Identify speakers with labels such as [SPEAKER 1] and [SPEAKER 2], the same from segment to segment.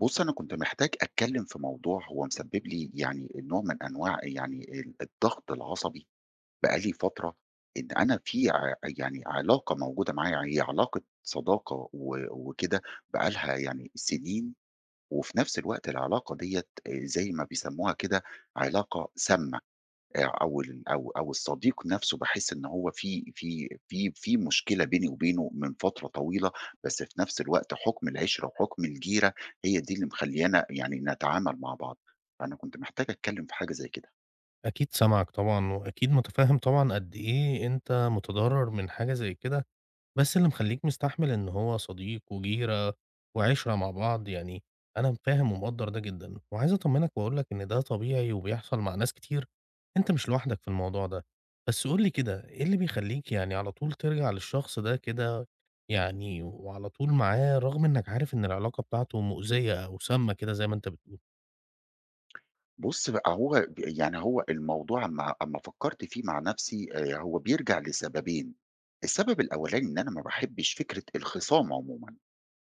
[SPEAKER 1] بُص، أنا كنت محتاج أتكلّم في موضوع هو مسبب لي يعني نوع من أنواع يعني الضغط العصبي بقى لي فترة. إن أنا في ع يعني علاقة موجودة معايا، هي علاقة صداقة وكده بقى لها يعني سنين. وفي نفس الوقت العلاقة ديّة زي ما بيسموها كده علاقة سامة. أو ال أو أو الصديق نَفْسه باحس إن هو في مشكلة بيني وبينه من فترة طويلة، بس في نَفْس الوقت حُكم العِشرة وحُكم الجيرة هي دي اللي مخلّيانا يعني نتعامل مع بعض. فأنا كنت محتاج أتكلّم في حاجة زي كده.
[SPEAKER 2] أكيد سامعك طبعًا، وأكيد متفهم طبعًا قد إيه أنت متضرر من حاجة زي كده، بس اللي مخلّيك مستحمل إن هو صديق وجيرة وعِشرة مع بعض، يعني أنا فاهم ومقدّر ده جدًا، وعايز أطمنك وأقول لك إن ده طبيعي وبيحصل مع ناس كتير، أنت مش لوحدك في الموضوع ده. بس قُل لي كده إيه اللي بيخلّيك يعني على طول ترجع للشخص ده كده، يعني وعلى طول معاه رغم إنك عارف إن العلاقة بتاعته مؤذية أو سامة كده زي ما أنت بتقول؟
[SPEAKER 1] بُص بقى هو ب يعني هو الموضوع أمّا فكّرت فيه مع نَفْسي، هو بيرجع لسببين. السبب الأولاني إن أنا ما باحبّش فكرة الخِصام عمومًا،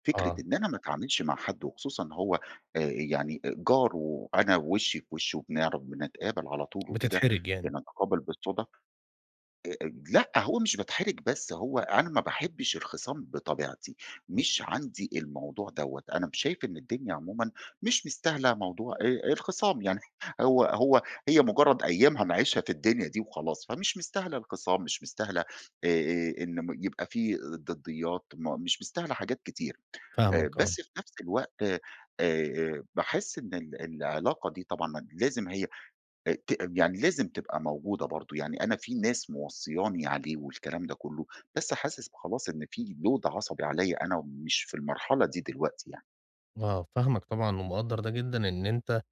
[SPEAKER 1] فكرة
[SPEAKER 2] آه،
[SPEAKER 1] إن أنا ما اتعاملش مع حد، وخصوصًا هو يعني جار وأنا وِشّي في وِشّه وبنعرف بنتقابل على طول وكده،
[SPEAKER 2] بتتحرج يعني،
[SPEAKER 1] بنتقابل بالصُدف. آآ، لأ، هو مش باتحرج، بس هو أنا ما باحبش الخصام بطبيعتي.
[SPEAKER 2] إمم،
[SPEAKER 1] مش عندي الموضوع دوّة. أنا شايف إن الدنيا عمومًا مش مستاهلة موضوع، الخصام يعني هو هو هي مجرد أيام هنعيشها في الدنيا دي وخلاص، فمش مستاهلة الخصام، مش مستاهلة إن يبقى في ضديات، مش مستاهلة حاجات كتير.
[SPEAKER 2] فاهمك آه.
[SPEAKER 1] بس في نفس الوقت باحس إن العلاقة دي طبعًا لازم هي أ ت يعني لازم تبقى موجودة برضه. يعني أنا في ناس موصيّاني عليه والكلام ده كلّه، بس حاسس خلاص إن في load عصبي عليّا أنا، ومش في المرحلة دي دلوقتي يعني.
[SPEAKER 2] آه، فاهمك طبعًا ومقدّر ده جدًا، إن أنت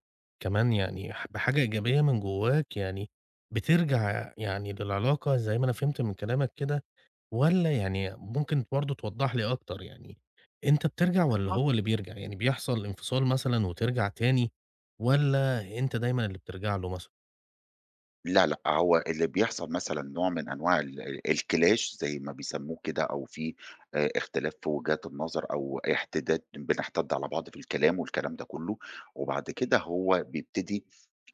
[SPEAKER 2] كمان يعني بحاجة إيجابية من جواك، يعني بترجع يعني للعلاقة زي ما أنا فهمت من كلامك كده، والّا يعني ممكن برضه توضّح لي أكتر، يعني أنت بترجع والّا هو اللي بيرجع؟ يعني بيحصل انفصال مثلًا وترجع تاني، والّا أنت دايمًا اللي بترجع له مثلًا؟
[SPEAKER 1] لأ، لأ، هو اللي بيحصل مثلًا نوع من أنواع الclash زي ما بيسموه كده، أو في اختلاف في وجهات النظر، أو احتداد بنحتد على بعض في الكلام والكلام ده كله. وبعد كده هو بيبتدي،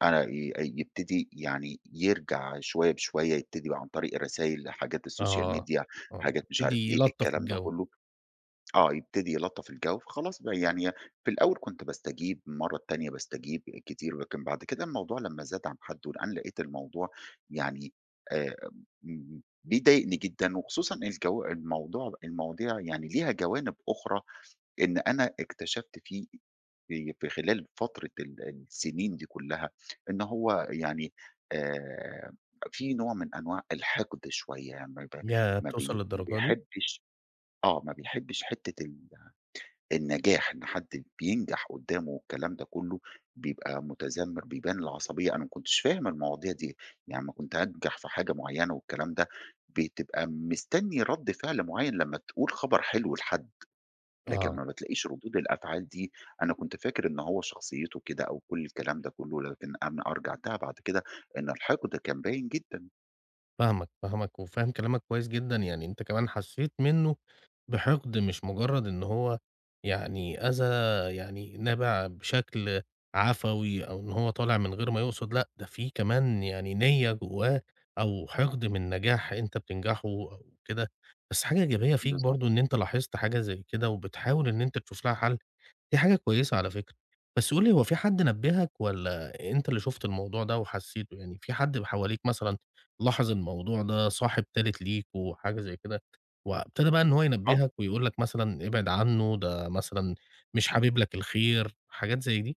[SPEAKER 1] أنا ي يبتدي يعني يرجع شوية بشوية، يبتدي بقى عن طريق الرسايل، حاجات السوشيال
[SPEAKER 2] آه،
[SPEAKER 1] ميديا،
[SPEAKER 2] آه،
[SPEAKER 1] حاجات مش عارف
[SPEAKER 2] يبتدي
[SPEAKER 1] إيه،
[SPEAKER 2] يلطّف
[SPEAKER 1] الكلام ده
[SPEAKER 2] الجو.
[SPEAKER 1] كله. آه، يبتدي يلطّف الجو، فخلاص بقى يعني في الأول كنت باستجيب، المرّة التانية باستجيب كتير. لكن بعد كده الموضوع لمّا زاد عن حدُّه، لأن لقيت الموضوع يعني آآ بيضايقني جدًا، وخصوصًا الجو الموضوع المواضيع يعني ليها جوانب أخرى إن أنا اكتشفت فيه في في خلال فترة السنين دي كلّها، إن هو يعني آآ في نوع من أنواع الحقد شوية، يعني
[SPEAKER 2] ياه! بتوصل
[SPEAKER 1] ما
[SPEAKER 2] للدرجة دي؟
[SPEAKER 1] بيحبّش، آه، ما بيحبّش حتّة النجاح، إن حد بينجح قدّامه والكلام ده كلّه، بيبقى متذمّر، بيبان العصبية. أنا ما كنتش فاهم المواضيع دي، يعني أمّا كنت أنجح في حاجة معيّنة والكلام ده، بتبقى مستنّي رَد فعل معيّن لمّا تقول خبر حلو لحد، لكن
[SPEAKER 2] آه.
[SPEAKER 1] ما بتلاقيش ردود الأفعال دي. أنا كنت فاكر إن هو شخصيته كده أو كل الكلام ده كلّه، لكن أنا أرجعتها بعد كده إن الحقد كان باين جدًا.
[SPEAKER 2] فاهمك، فاهمك وفاهم كلامك كويس جدًا، يعني أنت كمان حسّيت منّه بحقد، مش مجرّد إن هو يعني أذى يعني نابع بشكل عفوي أو إن هو طالع من غير ما يقصد، لأ ده في كمان يعني نيّة جوّاه أو حقد من نجاح أنت بتنجحه أو كده. بس حاجة إيجابية فيك
[SPEAKER 1] بالضبط.
[SPEAKER 2] برضه إن أنت لاحظت حاجة زي كده وبتحاول إن أنت تشوف لها حَل، دي حاجة كويسة على فكرة. بس قُل لي هو في حد نبّهك والّا أنت اللي شُفت الموضوع ده وحسّيته؟ يعني في حد حواليك مثلًا لاحظ الموضوع ده، صاحب تالت ليك وحاجة زي كده، وابتدى بقى إن هو
[SPEAKER 1] آه.
[SPEAKER 2] ينبّهك ويقول لك مثلًا ابعد عنّه، ده مثلًا مش حابب لك الخير، حاجات زي دي؟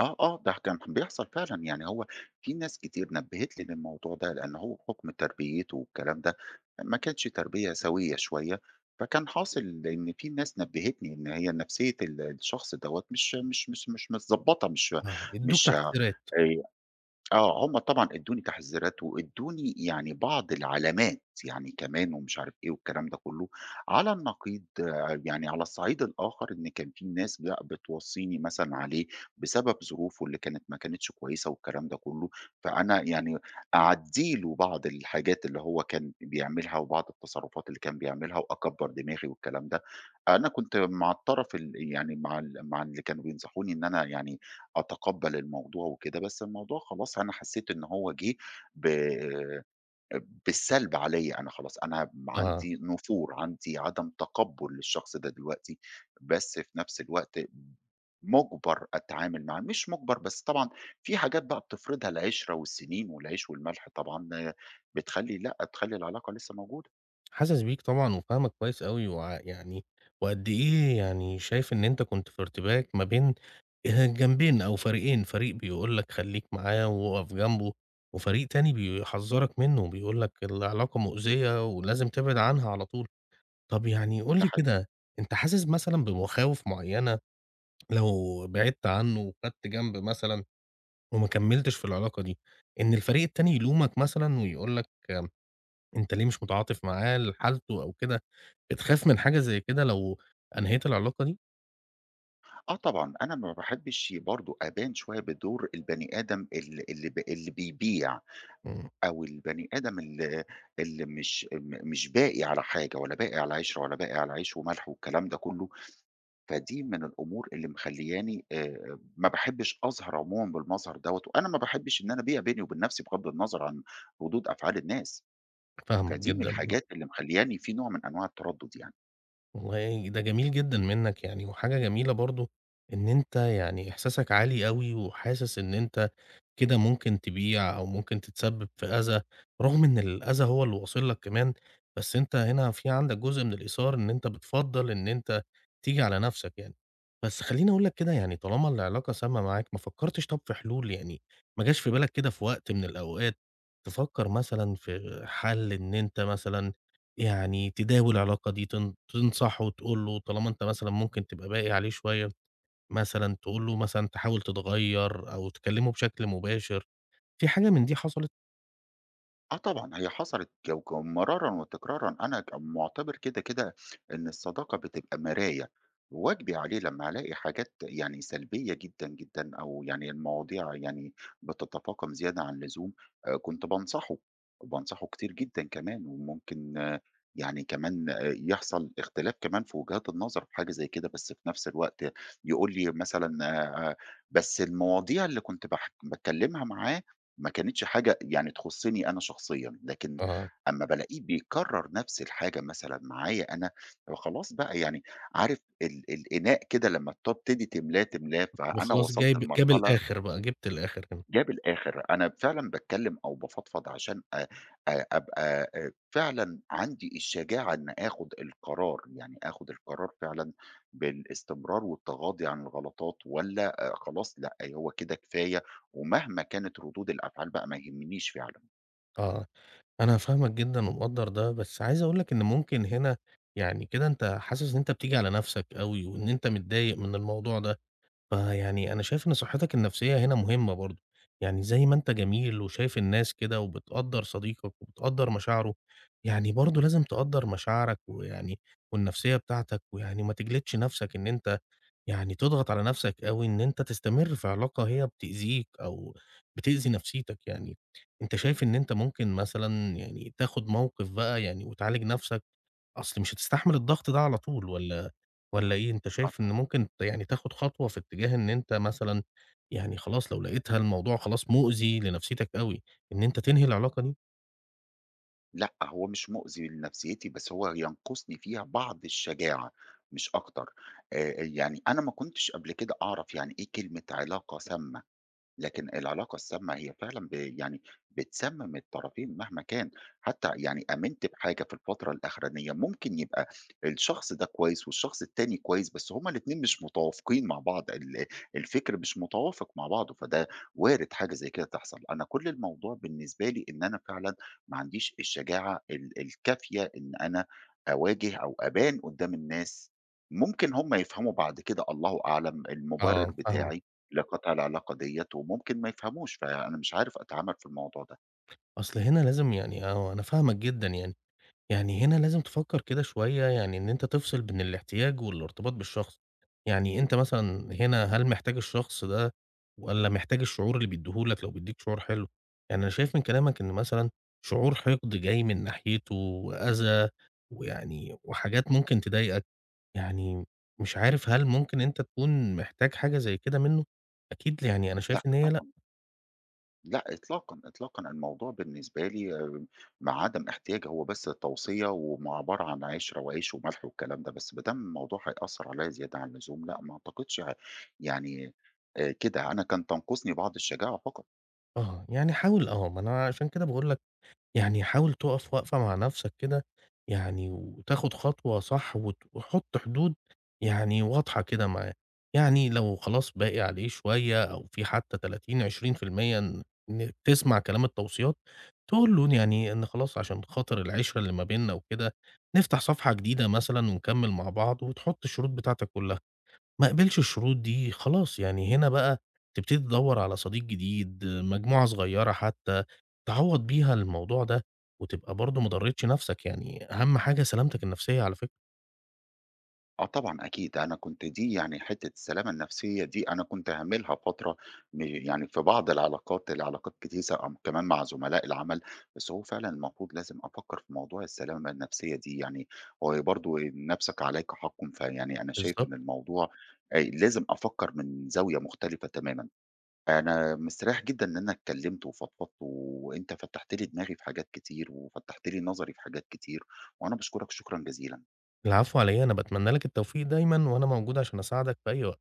[SPEAKER 1] آه، آه، ده كان بيحصل فعلًا، يعني هو في ناس كتير نبّهت لي للموضوع ده. لأن هو بحكم تربيته والكلام ده، ما كانتش تربية سوية شوية، فكان حاصل إن في ناس نبّهتني إن هي نفسية الشخص دوّة مش متضبّطة، مش
[SPEAKER 2] آه. ادّوك
[SPEAKER 1] مش
[SPEAKER 2] تحذيرات.
[SPEAKER 1] آه، هم طبعًا ادّوني تحذيرات، وادّوني يعني بعض العلامات، يعني كمان ومش عارف إيه والكلام ده كُلّه. على النقيض آه، يعني على الصعيد الآخر، إن كان في ناس لأ، بتوصّيني مثلًا عليه بسبب ظروفه اللي كانت ما كانتش كويسة والكلام ده كُلّه. فأنا يعني أعدّي له بعض الحاجات اللي هو كان بيعملها، وبعض التصرفات اللي كان بيعملها، وأكبّر دماغي والكلام ده. أنا كنت مع الطرف ال يعني مع ال مع اللي كانوا بينصحوني إن أنا يعني أتقبّل الموضوع وكده. بس الموضوع خلاص أنا حسّيت إن هو جِه ب بالسلب عليّا أنا خلاص. أنا
[SPEAKER 2] آه.
[SPEAKER 1] عندي نفور، عندي عدم تقبُّل للشخص ده دلوقتي. بس في نفس الوقت مُجبَر أتعامل معاه، مش مُجبَر بس طبعًا في حاجات بقى بتفرضها العِشرة والسِنين والعيش والملح طبعًا بتخلّي لأ، تخلّي العلاقة لسّه موجودة.
[SPEAKER 2] حاسس بيك طبعًا وفاهمك كويس أوي، يعني وقد إيه يعني شايف إن أنت كنت في ارتباك ما بين جنبين أو فريقين، فريق بيقول لك خلّيك معاه وأقف جنبه، وفريق تاني بيحذّرك منه وبيقول لك العلاقة مؤذية ولازم تبعد عنها على طول. طب يعني قُل
[SPEAKER 1] ده
[SPEAKER 2] لي
[SPEAKER 1] حقيقي.
[SPEAKER 2] كده، أنت حاسس مثلًا بمخاوف معيّنة لو بعدت عنه وخدت جنب مثلًا وما كمّلتش في العلاقة دي، إن الفريق التاني يلومك مثلًا ويقول لك أنت ليه مش متعاطف معاه لحالته أو كده، بتخاف من حاجة زي كده لو أنهيت العلاقة دي؟
[SPEAKER 1] آه طبعًا، أنا ما باحبّش برضه أبان شوية بدور البني آدم ال اللي ب اللي بيبيع،
[SPEAKER 2] إمم،
[SPEAKER 1] أو البني آدم اللي مش مش باقي على حاجة، ولا باقي على قشرة، ولا باقي على عيش وملح والكلام ده كله. فدي من الأمور اللي مخلّياني ما باحبش أظهر عمومًا بالمظهر دوّة، وأنا ما باحبش إن أنا بيّا بيني وبين نفسي بغض النظر عن ردود أفعال الناس.
[SPEAKER 2] فاهمك
[SPEAKER 1] فدي من
[SPEAKER 2] جدًا آه.
[SPEAKER 1] الحاجات اللي مخلّياني في نوع من أنواع التردُّد يعني.
[SPEAKER 2] والله ده جميل جدًا منّك يعني، وحاجة جميلة برضه إن أنت يعني إحساسك عالي أوي، وحاسس إن أنت كده ممكن تبيع أو ممكن تتسبب في أذى، رغم إن الأذى هو اللي واصل لك كمان، بس أنت هنا في عندك جزء من الإيثار إن أنت بتفضّل إن أنت تيجي على نفسك يعني. بس خلّيني أقول لك كده يعني طالما العلاقة سامة معاك، ما فكّرتش طب في حلول؟ يعني ما جاش في بالك كده في وقت من الأوقات تفكّر مثلًا في حَل إن أنت مثلًا يعني تداوي العلاقة دي، تنصحه وتقول له طالما أنت مثلًا ممكن تبقى باقي عليه شوية؟ مثلًا تقول له مثلًا تحاول تتغيّر أو تكلّمه بشكل مباشر، في حاجة من دي حصلت؟
[SPEAKER 1] آه طبعًا، هي حصلت جو جو مرارًا وتكرارًا. أنا مُعتبر كده، كده إن الصداقة بتبقى مراية، واجبي عليه لمّا ألاقي حاجات يعني سلبية جدًا، جدًا، أو يعني المواضيع يعني بتتفاقم زيادة عن اللزوم، كنت بانصحه، وبانصحه كتير جدًا كمان، وممكن آه، يعني كمان آه، يحصل اختلاف كمان في وجهات النظر في حاجة زي كده. بس في نفس الوقت يقول لي مثلًا آآ بس المواضيع اللي كنت باتكلمها معاه ما كانتش حاجة يعني تخُصّني أنا شخصيًا. لكن
[SPEAKER 2] آه،
[SPEAKER 1] أمّا بالاقيه بيكرّر نفس الحاجة مثلًا معايا أنا، فخلاص بقى يعني عارف الإناء كده لمّا بتبتدي تملاه، تملاه،
[SPEAKER 2] يبقى
[SPEAKER 1] فأنا
[SPEAKER 2] خلاص
[SPEAKER 1] وصلت
[SPEAKER 2] جاب
[SPEAKER 1] لمرحلة
[SPEAKER 2] الآخر بقى، جِبت الآخر هنا.
[SPEAKER 1] جاب الآخر، أنا فعلًا باتكلّم أو بافضفض عشان أ أ أبقى فعلًا عندي الشجاعة إن آخُد القرار، يعني آخُد القرار فعلًا بالاستمرار والتغاضي عن الغلطات، والّا خلاص لأ، هو كده كفاية، ومهما كانت ردود الأفعال بقى ما يهمنيش فعلًا.
[SPEAKER 2] آه، أنا فاهمك جدًا ومقدّر ده، بس عايز أقول لك إن ممكن هنا يعني كده أنت حاسس إن أنت بتيجي على نَفْسك أوي، وإن أنت متضايق من الموضوع ده. فيعني أنا شايف إن صحتك النفسية هنا مهمة برضه، يعني زي ما أنت جميل وشايف الناس كده وبتقدّر صديقك وبتقدّر مشاعره، يعني برضه لازم تقدّر مشاعرك ويعني والنفسية بتاعتك، ويعني ما تجلدش نفسك إن أنت يعني تضغط على نفسك أوي إن أنت تستمر في علاقة هي بتأذيك أو بتأذي نفسيتك يعني. أنت شايف إن أنت ممكن مثلًا يعني تاخد موقف بقى يعني وتعالج نفسك، أصل مش هتستحمل الضغط ده على طول، والّا إيه؟ أنت
[SPEAKER 1] آه
[SPEAKER 2] شايف إن
[SPEAKER 1] طبعًا.
[SPEAKER 2] ممكن يعني تاخد خطوة في اتجاه إن أنت مثلًا، يعني خلاص لو لقيتها الموضوع خلاص مؤذي لنفسيتك أوي، إن أنت تنهي العلاقة دي؟
[SPEAKER 1] لأ، هو مش مؤذي لنفسيتي، بس هو ينقصني فيها بعض الشجاعة مش أكتر. يعني أنا ما كنتش قبل كده أعرف يعني إيه كلمة علاقة سامة. لكن العلاقة السامة هي فعلًا يعني بتسمم الطرفين مهما كان. حتى يعني آمنت بحاجة في الفترة الأخرانية، ممكن يبقى الشخص ده كويس والشخص التاني كويس، بس هُم الاتنين مش متوافقين مع بعض، الفكر مش متوافق مع بعضه، فده وارد حاجة زي كده تحصل. أنا كل الموضوع بالنسبة لي إن أنا فعلًا ما عنديش الشجاعة الكافية إن أنا أواجه أو أبان قدّام الناس. ممكن هُم يفهموا بعد كده، الله أعلم
[SPEAKER 2] آه،
[SPEAKER 1] المبرر
[SPEAKER 2] فاهمك.
[SPEAKER 1] بتاعي لقطع العلاقة ديّة، وممكن ما يفهموش، فأنا مش عارف أتعامل في الموضوع ده.
[SPEAKER 2] أصل هنا لازم يعني آه، أنا فاهمك جدًا يعني. يعني هنا لازم تفكر كده شوية يعني إن أنت تفصل بين الاحتياج والارتباط بالشخص، يعني أنت مثلًا هنا هل محتاج الشخص ده والّا محتاج الشعور اللي بيديه لك لو بيديك شعور حلو؟ يعني أنا شايف من كلامك إن مثلًا شعور حقد جاي من ناحيته وأذى ويعني وحاجات ممكن تضايقك، يعني مش عارف هل ممكن أنت تكون محتاج حاجة زي كده منه؟ أكيد يعني أنا
[SPEAKER 1] لأ
[SPEAKER 2] شايف إن هي لأ.
[SPEAKER 1] طبعًا، لأ إطلاقًا، إطلاقًا. الموضوع بالنسبة لي مع عدم احتياج، هو بس توصية، وعبارة عن عِشرة وعيش وملح والكلام ده. بس ما دام الموضوع هيأثّر عليّا زيادة عن اللزوم لأ، ما أعتقدش يعني كده، أنا كان تنقصني بعض الشجاعة فقط.
[SPEAKER 2] آه، يعني حاول آه، ما أنا عشان كده باقول لك يعني حاول تُقف وقفة مع نَفْسك كده، يعني وتاخُد خطوة صح وحُط حدود يعني واضحة كده معاه. يعني لو خلاص باقي عليه شوية أو في حتّى 30، 20% إن تسمع كلام التوصيات، تقول له يعني إن خلاص عشان خاطر العِشرة اللي ما بيننا وكده، نفتح صفحة جديدة مثلًا ونكمِّل مع بعض وتحُط الشروط بتاعتك كُلّها. ما قبلش الشروط دي خلاص، يعني هنا بقى تبتدي تدوّر على صديق جديد، مجموعة صغيّرة حتّى تعوّض بيها الموضوع ده، وتبقى برضه ما ضرّتش نَفْسك، يعني أهم حاجة سلامتك النَفْسية على فكرة.
[SPEAKER 1] آه طبعًا أكيد، أنا كنت دي يعني حتّة السلامة النفسية دي أنا كنت هاهملها فترة، يعني في بعض العلاقات، العلاقات كتيسة، أو كمان مع زملاء العمل. بس هو فعلًا المفروض لازم أفكّر في موضوع السلامة النفسية دي يعني. هو برضه نَفْسك عليك حَقٌّ، فيعني أنا شايف
[SPEAKER 2] بالضبط.
[SPEAKER 1] إن الموضوع لازم أفكّر من زاوية مختلفة تمامًا. أنا مستريّح جدًا إن أنا اتكلّمت وفضفضت، وأنت فتّحت لي دماغي في حاجات كتير وفتّحت لي نظري في حاجات كتير، وأنا باشكرك شكرًا جزيلًا.
[SPEAKER 2] العفو على إيه، أنا باتمنى لك التوفيق دايمًا وأنا موجود عشان أساعدك في أي وقت.